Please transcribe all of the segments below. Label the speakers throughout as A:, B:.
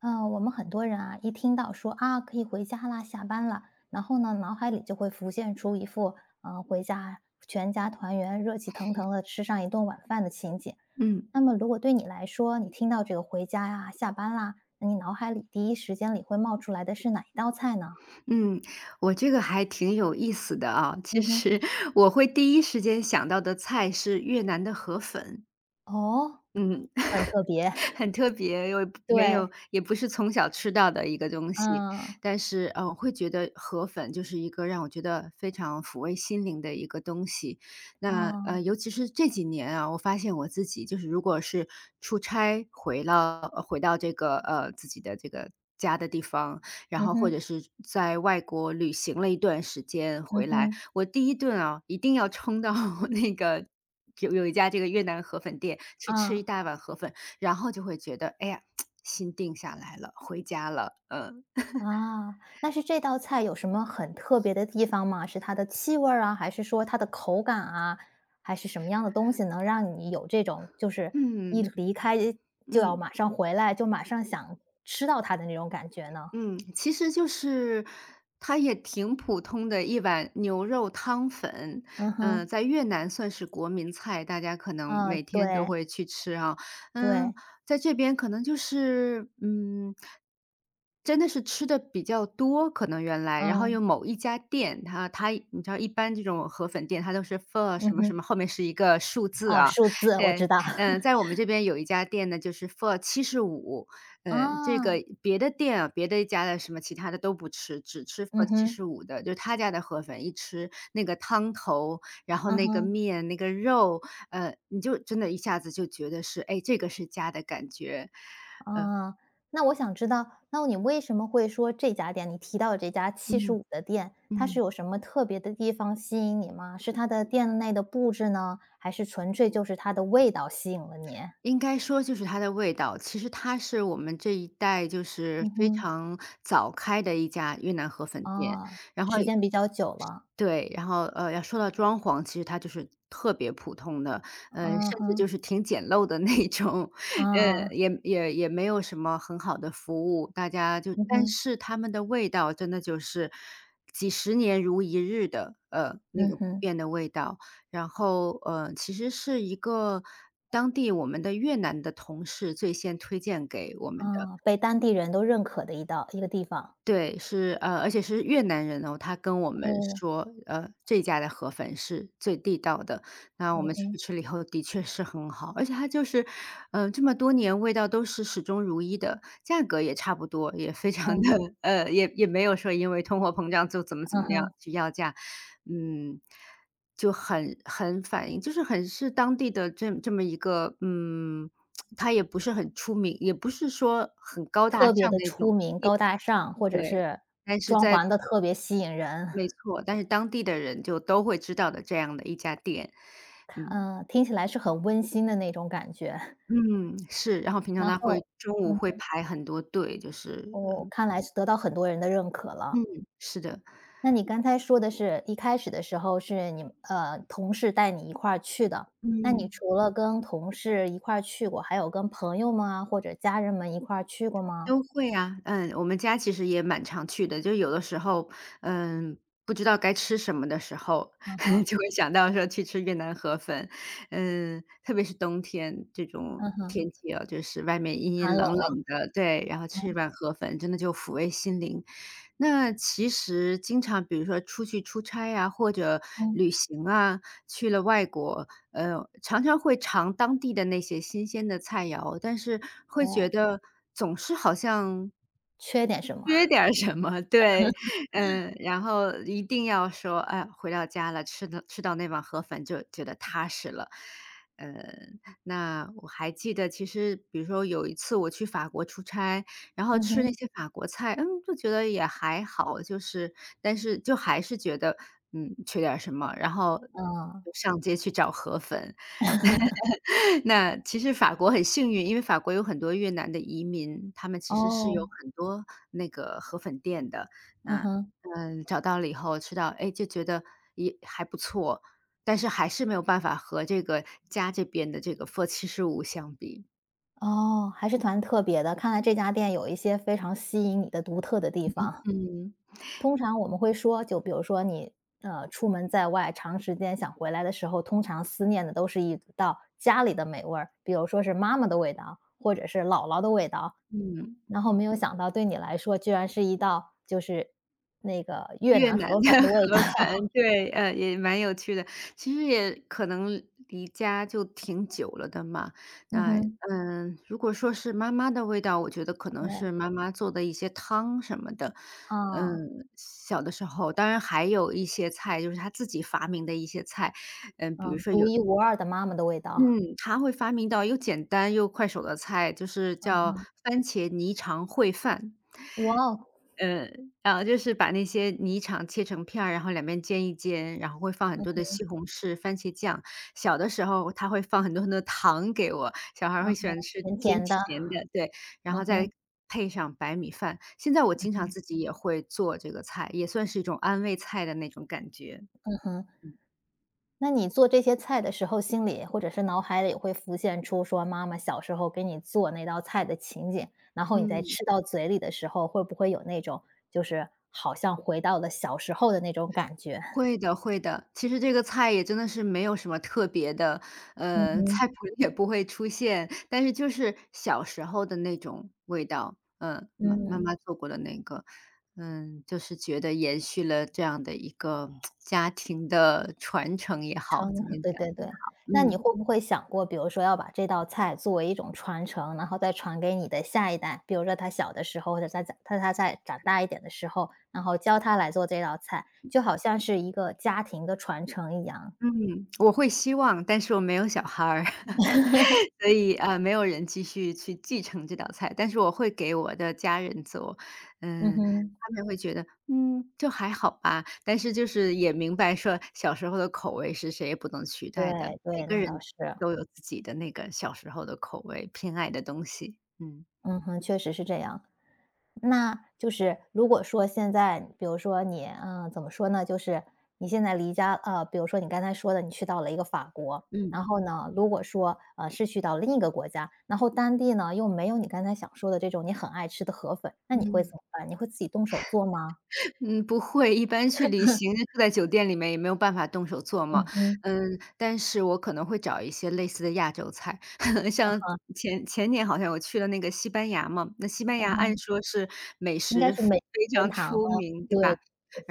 A: 我们很多人啊，一听到说啊可以回家啦、下班啦，然后呢，脑海里就会浮现出一副回家全家团圆、热气腾腾的吃上一顿晚饭的情景。
B: 嗯
A: 那么，如果对你来说，你听到这个回家呀、下班啦，那你脑海里第一时间里会冒出来的是哪一道菜呢？
B: 嗯，我这个还挺有意思的啊。其
A: 嗯哼。
B: 实我会第一时间想到的菜是越南的河粉，
A: 哦，
B: 嗯。
A: 很特别。
B: 很特别，又没
A: 对，
B: 有也不是从小吃到的一个东西，
A: 嗯，
B: 但是，我会觉得河粉就是一个让我觉得非常抚慰心灵的一个东西。那，
A: 嗯，
B: 尤其是这几年啊，我发现我自己就是如果是出差回了回到这个，自己的这个家的地方，然
A: 嗯
B: 后或者
A: 哼，
B: 是在外国旅行了一段时间
A: 嗯
B: 回来，
A: 哼，
B: 我第一顿啊，一定要冲到 那个有一家这个越南河粉店去吃一
A: 啊。
B: 大碗河粉，然后就会觉得，哎呀，心定下来了，回家了，嗯，
A: 啊，那是这道菜有什么很特别的地方吗？是它的气味儿啊，还是说它的口感啊，还是什么样的东西能让你有这种就是一
B: 嗯，
A: 离开就要
B: 嗯。
A: 马上回来，就马上想吃到它的那种感觉呢？
B: 嗯，其实就是它也挺普通的一碗牛肉汤粉，
A: 嗯
B: 嗯，
A: 哼，
B: 在越南算是国民菜，大家可能
A: 嗯，
B: 每天都
A: 对
B: 会去吃啊。
A: 对，
B: 嗯，在这边可能就是，嗯，真的是吃的比较多，可能原来，然后有
A: 嗯，
B: 某一家店，它你知道一般这种河粉店，它都是 for
A: 嗯
B: 什么什么
A: 哼。
B: 后面是一个数字
A: 哦，
B: 啊，
A: 数字我知
B: 对，
A: 道。
B: 嗯，在我们这边有一家店呢，就是 for 75，这
A: 啊，
B: 个别的店啊，别的家的什么其他的都不吃，只吃 f
A: 嗯
B: 七
A: 哼，
B: 十7的，就他家的河粉，一吃那个汤头，然后
A: 嗯
B: 那个
A: 哼。
B: 面、那个肉，你就真的一下子就觉得是，哎，这个是家的感觉。
A: 啊，那我想知道，那你为什么会说这家店，你提到的这家七十
B: 嗯，
A: 五的店，它是
B: 嗯，
A: 有什么特别的地方吸引你吗？是它的店内的布置呢，还是纯粹就是它的味道吸引了你？
B: 应该说就是它的味道，其实它是我们这一代就是
A: 嗯
B: 非
A: 哼。
B: 常早开的一家越南河粉店。
A: 啊，
B: 然后。
A: 时间比较久了。
B: 对，然后，要说到装潢，其实它就是特别普通的，
A: 嗯
B: 甚至就
A: 哼。
B: 是挺简陋的那种，
A: 啊，
B: 也没有什么很好的服务，大家就
A: 嗯
B: 但
A: 哼，
B: 是他们的味道真的就是几十年如一日的，那
A: 嗯
B: 个不
A: 哼。
B: 变的味道。然后，其实是一个当地我们的越南的同事最先推荐给我们的。
A: 啊，被当地人都认可的一个地方。
B: 对，是，而且是越南人哦，他跟我们
A: 哦，
B: 说，这家的河粉是最地道的。那我
A: 嗯
B: 们去
A: 哼。
B: 吃了以后，的确是很好，而且它就是，嗯，这么多年味道都是始终如一的，价格也差不多，也非常的，
A: 哦，
B: 也没有说因为通货膨胀就怎么怎
A: 嗯
B: 么样
A: 哼。
B: 去要价。嗯，就很反映就是很是当地的这么一个嗯，它也不是很出名，也不是说很高大
A: 特别
B: 上
A: 的
B: 的那
A: 出
B: 种
A: 名、高大上，或者
B: 对，
A: 是
B: 但是
A: 装潢
B: 在
A: 的特别吸引人。
B: 没错，但是当地的人就都会知道的这样的一家店。嗯，
A: 嗯，呃听起来是很温馨的那种感觉。
B: 嗯，是，然后平常
A: 然
B: 他
A: 后
B: 会中午
A: 嗯，
B: 会排很多队，就是，
A: 我看来是得到很多人的认可了。
B: 嗯，是的，
A: 那你刚才说的是一开始的时候是你呃，同事带你一块儿去的。那你
B: 嗯。
A: 除了跟同事一块儿去过，还有跟朋友们啊，或者家人们一块儿去过吗？
B: 都会啊，嗯，我们家其实也蛮常去的，就有的时候，嗯，不知道该吃什么的时候，
A: 嗯 哼，
B: 就会想到说去吃越南河粉。嗯，特别是冬天这种
A: 嗯哼，
B: 天气啊，就是外面阴
A: 寒
B: 阴
A: 冷
B: 冷
A: 了。
B: 冷的，对，然后吃一碗河粉，真的就抚慰心灵。那其实经常比如说出去出差呀，或者
A: 嗯，
B: 旅行啊，去了外国，常常会尝当地的那些新鲜的菜肴，但是会觉
A: 对，
B: 得总是好像
A: 缺点什么？
B: 缺 点儿什么，对，嗯，然后一定要说，哎，回到家了，吃到那碗河粉就觉得踏实了。呃，那我还记得，其实比如说有一次我去法国出差，然后
A: 嗯
B: 吃那
A: 哼，
B: 些法国菜，嗯，就觉得也还好，就是但是就还是觉得，嗯，缺点儿什么，然后
A: 嗯，
B: 就上街去找河粉。那其实法国很幸运，因为法国有很多越南的移民，他们其实是
A: 哦，
B: 有很多那个河粉店的。
A: 嗯
B: 那，
A: 哼。
B: 嗯，找到了以后吃到，哎，就觉得也还不错，但是还是没有办法和这个家这边的这个 f r 七75相比。
A: 哦，还是蛮特别的，看来这家店有一些非常吸引你的独特的地方。
B: 嗯，
A: 通常我们会说，就比如说你，呃，出门在外长时间想回来的时候，通常思念的都是一道家里的美味儿，比如说是妈妈的味道，或者是姥姥的味道。
B: 嗯。
A: 然后没有想到对你来说居然是一道就是那个越
B: 越
A: 南
B: 南
A: 河
B: 的
A: 粉的 味道。
B: 河粉，对，也蛮有趣的。其实也可能离家就挺久了的嘛，
A: 嗯
B: 那，
A: 哼，
B: 嗯，如果说是妈妈的味道，我觉得可能
A: 对。
B: 是妈妈做的一些汤什么的。嗯，
A: 啊，
B: 小的时候，当然还有一些菜，就是她自己发明的一些菜，嗯，比如
A: 嗯，
B: 说
A: 独
B: 有
A: 一无二的妈妈的味道。
B: 嗯，她会发明到又简单又快手的菜，就是
A: 嗯
B: 叫
A: 哼。
B: 番茄泥肠烩饭。
A: 哇哦。
B: 嗯，然后就是把那些泥肠切成片儿，然后两边煎一煎，然后会放很多的西红柿、番茄酱。小的时候他会放很多很多糖给我，小孩儿
A: 嗯
B: 会喜
A: 哼，
B: 欢吃
A: 甜
B: 甜
A: 甜的。
B: 甜的，对，然
A: 嗯
B: 后再
A: 哼，
B: 配上白米饭。现在我经常自己也会做这个菜，也算是一种安慰菜的那种感觉，
A: 嗯哼。那你做这些菜的时候，心里或者是脑海里会浮现出说妈妈小时候给你做那道菜的情景，然后你在
B: 嗯。
A: 吃到嘴里的时候，会不会有那种就是好像回到了小时候的那种感觉？
B: 会的会的，其实这个菜也真的是没有什么特别的，
A: 嗯哼，
B: 菜谱里也不会出现，但是就是小时候的那种味道，嗯，妈妈
A: 嗯，
B: 妈做过的那个，嗯，就是觉得延续了这样的一个家庭的传承也好，
A: 成
B: 怎么讲
A: 对对
B: 也
A: 对。
B: 好，
A: 那你
B: 嗯，
A: 会不会想过，比如说要把这道菜作为一种传承，然后再传给你的下一代？比如说他小的时候，或者他在他在长大一点的时候，然后教他来做这道菜，就好像是一个家庭的传承一样。
B: 嗯，我会希望，但是我没有小孩儿。所以，没有人继续去继承这道菜，但是我会给我的家人做。
A: 嗯
B: 嗯，
A: 哼，
B: 他们会觉得，嗯，就还好吧，但是就是也明白说小时候的口味是谁也不能取代的，
A: 对
B: 每
A: 对，
B: 个
A: 那倒
B: 人
A: 是。
B: 都有自己的那个小时候的口味，偏爱的东西。嗯，
A: 嗯哼，确实是这样。那就是如果说现在，比如说你，嗯，怎么说呢？就是你现在离家，呃，比如说你刚才说的，你去到了一个法国，
B: 嗯，
A: 然后呢，如果说，呃，是去到另一个国家，然后当地呢又没有你刚才想说的这种你很爱吃的河粉，那你会怎
B: 嗯。
A: 么办？你会自己动手做吗？
B: 嗯，不会，一般去旅行住在酒店里面也没有办法动手做
A: 嗯
B: 嘛。
A: 哼，
B: 嗯，但是我可能会找一些类似的亚洲菜，像前前年好像我去了那个西班牙嘛，那西班
A: 嗯
B: 牙
A: 哼，
B: 按说是美
A: 应该
B: 食
A: 是美食
B: 非
A: 天
B: 常
A: 堂
B: 出
A: 了。
B: 名，对
A: 对，
B: 吧？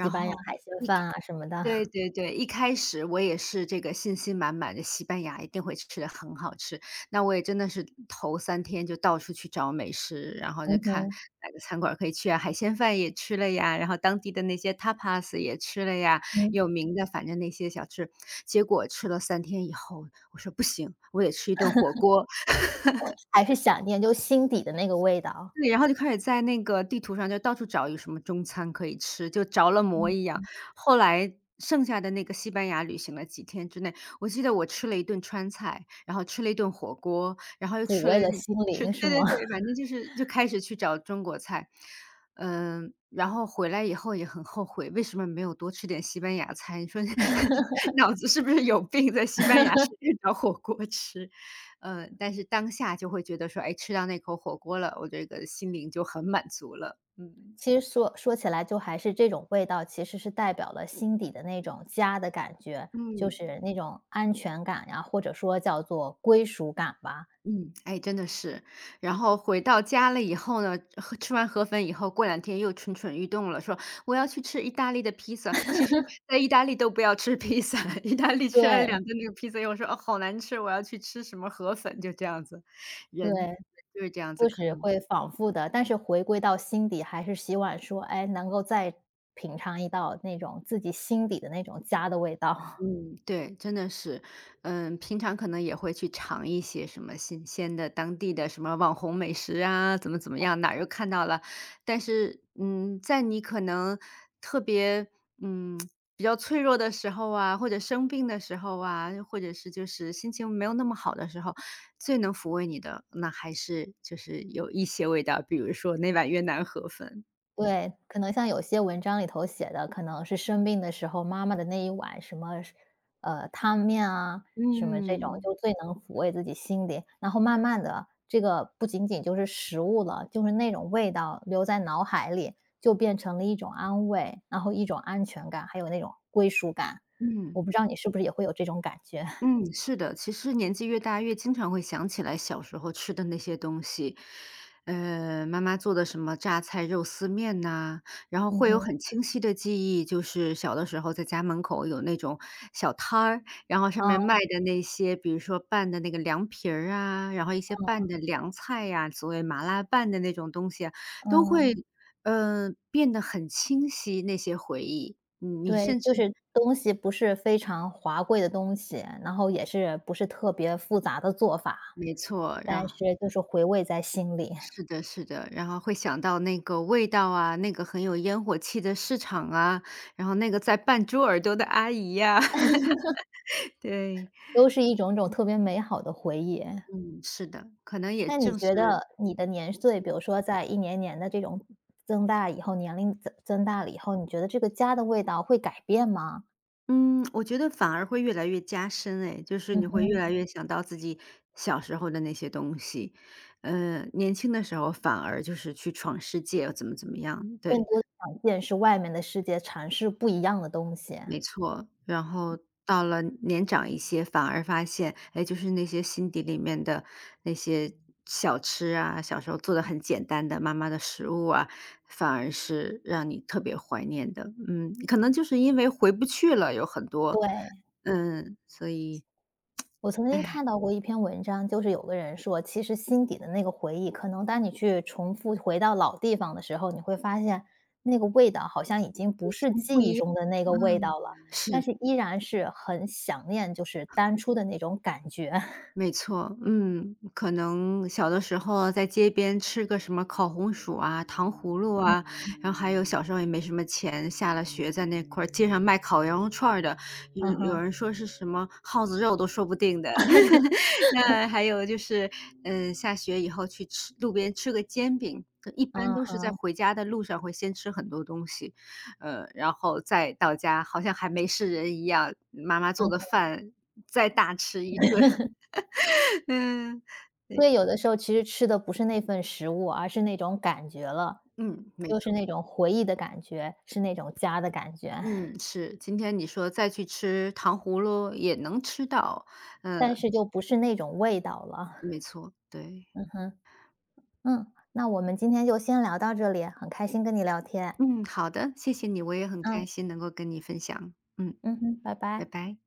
A: 西班牙
B: 后
A: 海鲜
B: 一
A: 饭啊什么的。
B: 对对对，一开始我也是这个信心满满的，西班牙一定会吃的很好吃。那我也真的是头三天就到处去找美食，然 后
A: 嗯
B: 就看
A: 哼，
B: 哪个餐馆可以去啊，海鲜饭也吃了呀，然后当地的那些 tapas 也吃了呀，
A: 嗯。
B: 有名的反正那些小吃。结果吃了三天以后，我说不行，我也吃一顿火锅。
A: 还是想念，就心底的那个味道。
B: 对，然后就开始在那个地图上就到处找有什么中餐可以吃，就着了魔一样。后来剩下的那个西班牙旅行了几天之内，我记得我吃了一顿川菜，然后吃了一顿火锅，然后又
A: 抚
B: 吃
A: 慰
B: 了
A: 了心灵是
B: 对
A: 吗？
B: 对对，反正就是就开始去找中国菜。嗯，然后回来以后也很后悔，为什么没有多吃点西班牙菜？你说 脑子是不是有病，在西班牙随便找火锅吃？但是当下就会觉得说，哎，吃到那口火锅了，我这个心灵就很满足了，嗯。
A: 其实说说起来就还是这种味道，其实是代表了心底的那种家的感觉，就
B: 嗯
A: 是那种安全感呀，或者说叫做归属感吧。
B: 嗯，哎，真的是。然后回到家了以后呢，吃完河粉以后，过两天又蠢蠢欲动了，说我要去吃意大利的披萨。其实，在意大利都不要吃披萨，意大利吃了
A: 对，
B: 两顿那个披萨，又说哦好难吃，我要去吃什么河粉，就这样子。人
A: 对，
B: 就是这样子，
A: 就
B: 可
A: 是
B: 能
A: 会反复的，但是回归到心底还是希望说，哎，能够再品尝一道那种自己心底的那种家的味道。
B: 嗯，对，真的是，嗯，平常可能也会去尝一些什么新鲜的当地的什么网红美食啊，怎么怎么样，哪儿又看到了，但是，嗯，在你可能特别，嗯，比较脆弱的时候啊，或者生病的时候啊，或者是就是心情没有那么好的时候，最能抚慰你的，那还是就是有一些味道，比如说那碗越南河粉，嗯
A: 对，可能像有些文章里头写的，可能是生病的时候，妈妈的那一碗什么，呃，汤面啊，什么这种
B: 嗯
A: 就最能抚慰自己心灵。然后慢慢的，这个不仅仅就是食物了，就是那种味道留在脑海里，就变成了一种安慰，然后一种安全感，还有那种归属感。我
B: 嗯。
A: 不知道你是不是也会有这种感觉？
B: 嗯，是的，其实年纪越大，越经常会想起来小时候吃的那些东西，妈妈做的什么榨菜肉丝面呐，然后
A: 嗯
B: 会有
A: 哼，
B: 很清晰的记忆，就是小的时候在家门口有那种小摊儿，然后上
A: 啊，
B: 面卖的那些，比如说拌的那个凉皮儿啊，然后一些拌的凉菜呀，所谓麻辣拌的那种东西啊，都会，
A: 嗯。
B: 变得很清晰那些回忆，嗯，你
A: 对，
B: 甚
A: 就
B: 至
A: 是东西不是非常华贵的东西，然后也是不是特别复杂的做法，
B: 没错，然
A: 但
B: 后。
A: 是就是回味在心里，
B: 是的，是的，然后会想到那个味道啊，那个很有烟火气的市场啊，然后那个在扮猪耳朵的阿姨呀，对，
A: 都是一种种特别美好的回忆。
B: 嗯，是的，可能也
A: 那你
B: 正
A: 觉
B: 是，
A: 得你的年岁，比如说在一年年的这种增大以后，年龄增大了以后，你觉得这个家的味道会改变吗？
B: 嗯，我觉得反而会越来越加深，哎，就是
A: 嗯
B: 你会
A: 哼，
B: 越来越想到自己小时候的那些东西，年轻的时候反而就是去闯世界，怎么怎么样，
A: 更
B: 对，
A: 多地想见识外面的世界，尝试不一样的东西，
B: 没错，然后到了年长一些，反而发现，哎，就是那些心底里面的那些小吃啊，小时候做的很简单的妈妈的食物啊，反而是让你特别怀念的。嗯，可能就是因为回不去了，有很多，
A: 对。
B: 嗯，所以，
A: 我曾经
B: 哎，
A: 看到过一篇文章，就是有个人说，其实心底的那个回忆，可能当你去重复回到老地方的时候，你会发现那个味道好像已经不是记忆中的那个味道
B: 嗯，
A: 了，但
B: 是。
A: 是依然是很想念，就是当初的那种感觉。
B: 没错，嗯，可能小的时候在街边吃个什么烤红薯啊、糖葫芦啊，然后还有小时候也没什么钱，下了学在那块儿街上卖烤羊肉串儿的，有
A: 嗯
B: 有
A: 哼，
B: 人说是什么耗子肉都说不定的。那还有就是，嗯，下学以后去吃路边吃个煎饼，一般
A: 嗯
B: 都是在
A: 哼，
B: 回家的路上会先吃很多东西，然后再到家好像还没事人一样，妈妈
A: 嗯，
B: 做的饭再大吃一顿。嗯，
A: 所以有的时候其实吃的不是那份食物，而是那种感觉了，
B: 嗯，没
A: 就是
B: 错，
A: 那种回忆的感觉，是那种家的感觉，
B: 嗯，是，今天你说再去吃糖葫芦也能吃到，
A: 但是就不是那种味道了。
B: 没错，对，
A: 哼哼。嗯，那我们今天就先聊到这里，很开心跟你聊天。
B: 嗯，好的，谢谢你，我也很开
A: 嗯，
B: 心能够跟你分享，嗯，
A: 嗯哼，拜
B: 拜
A: 拜。
B: 拜。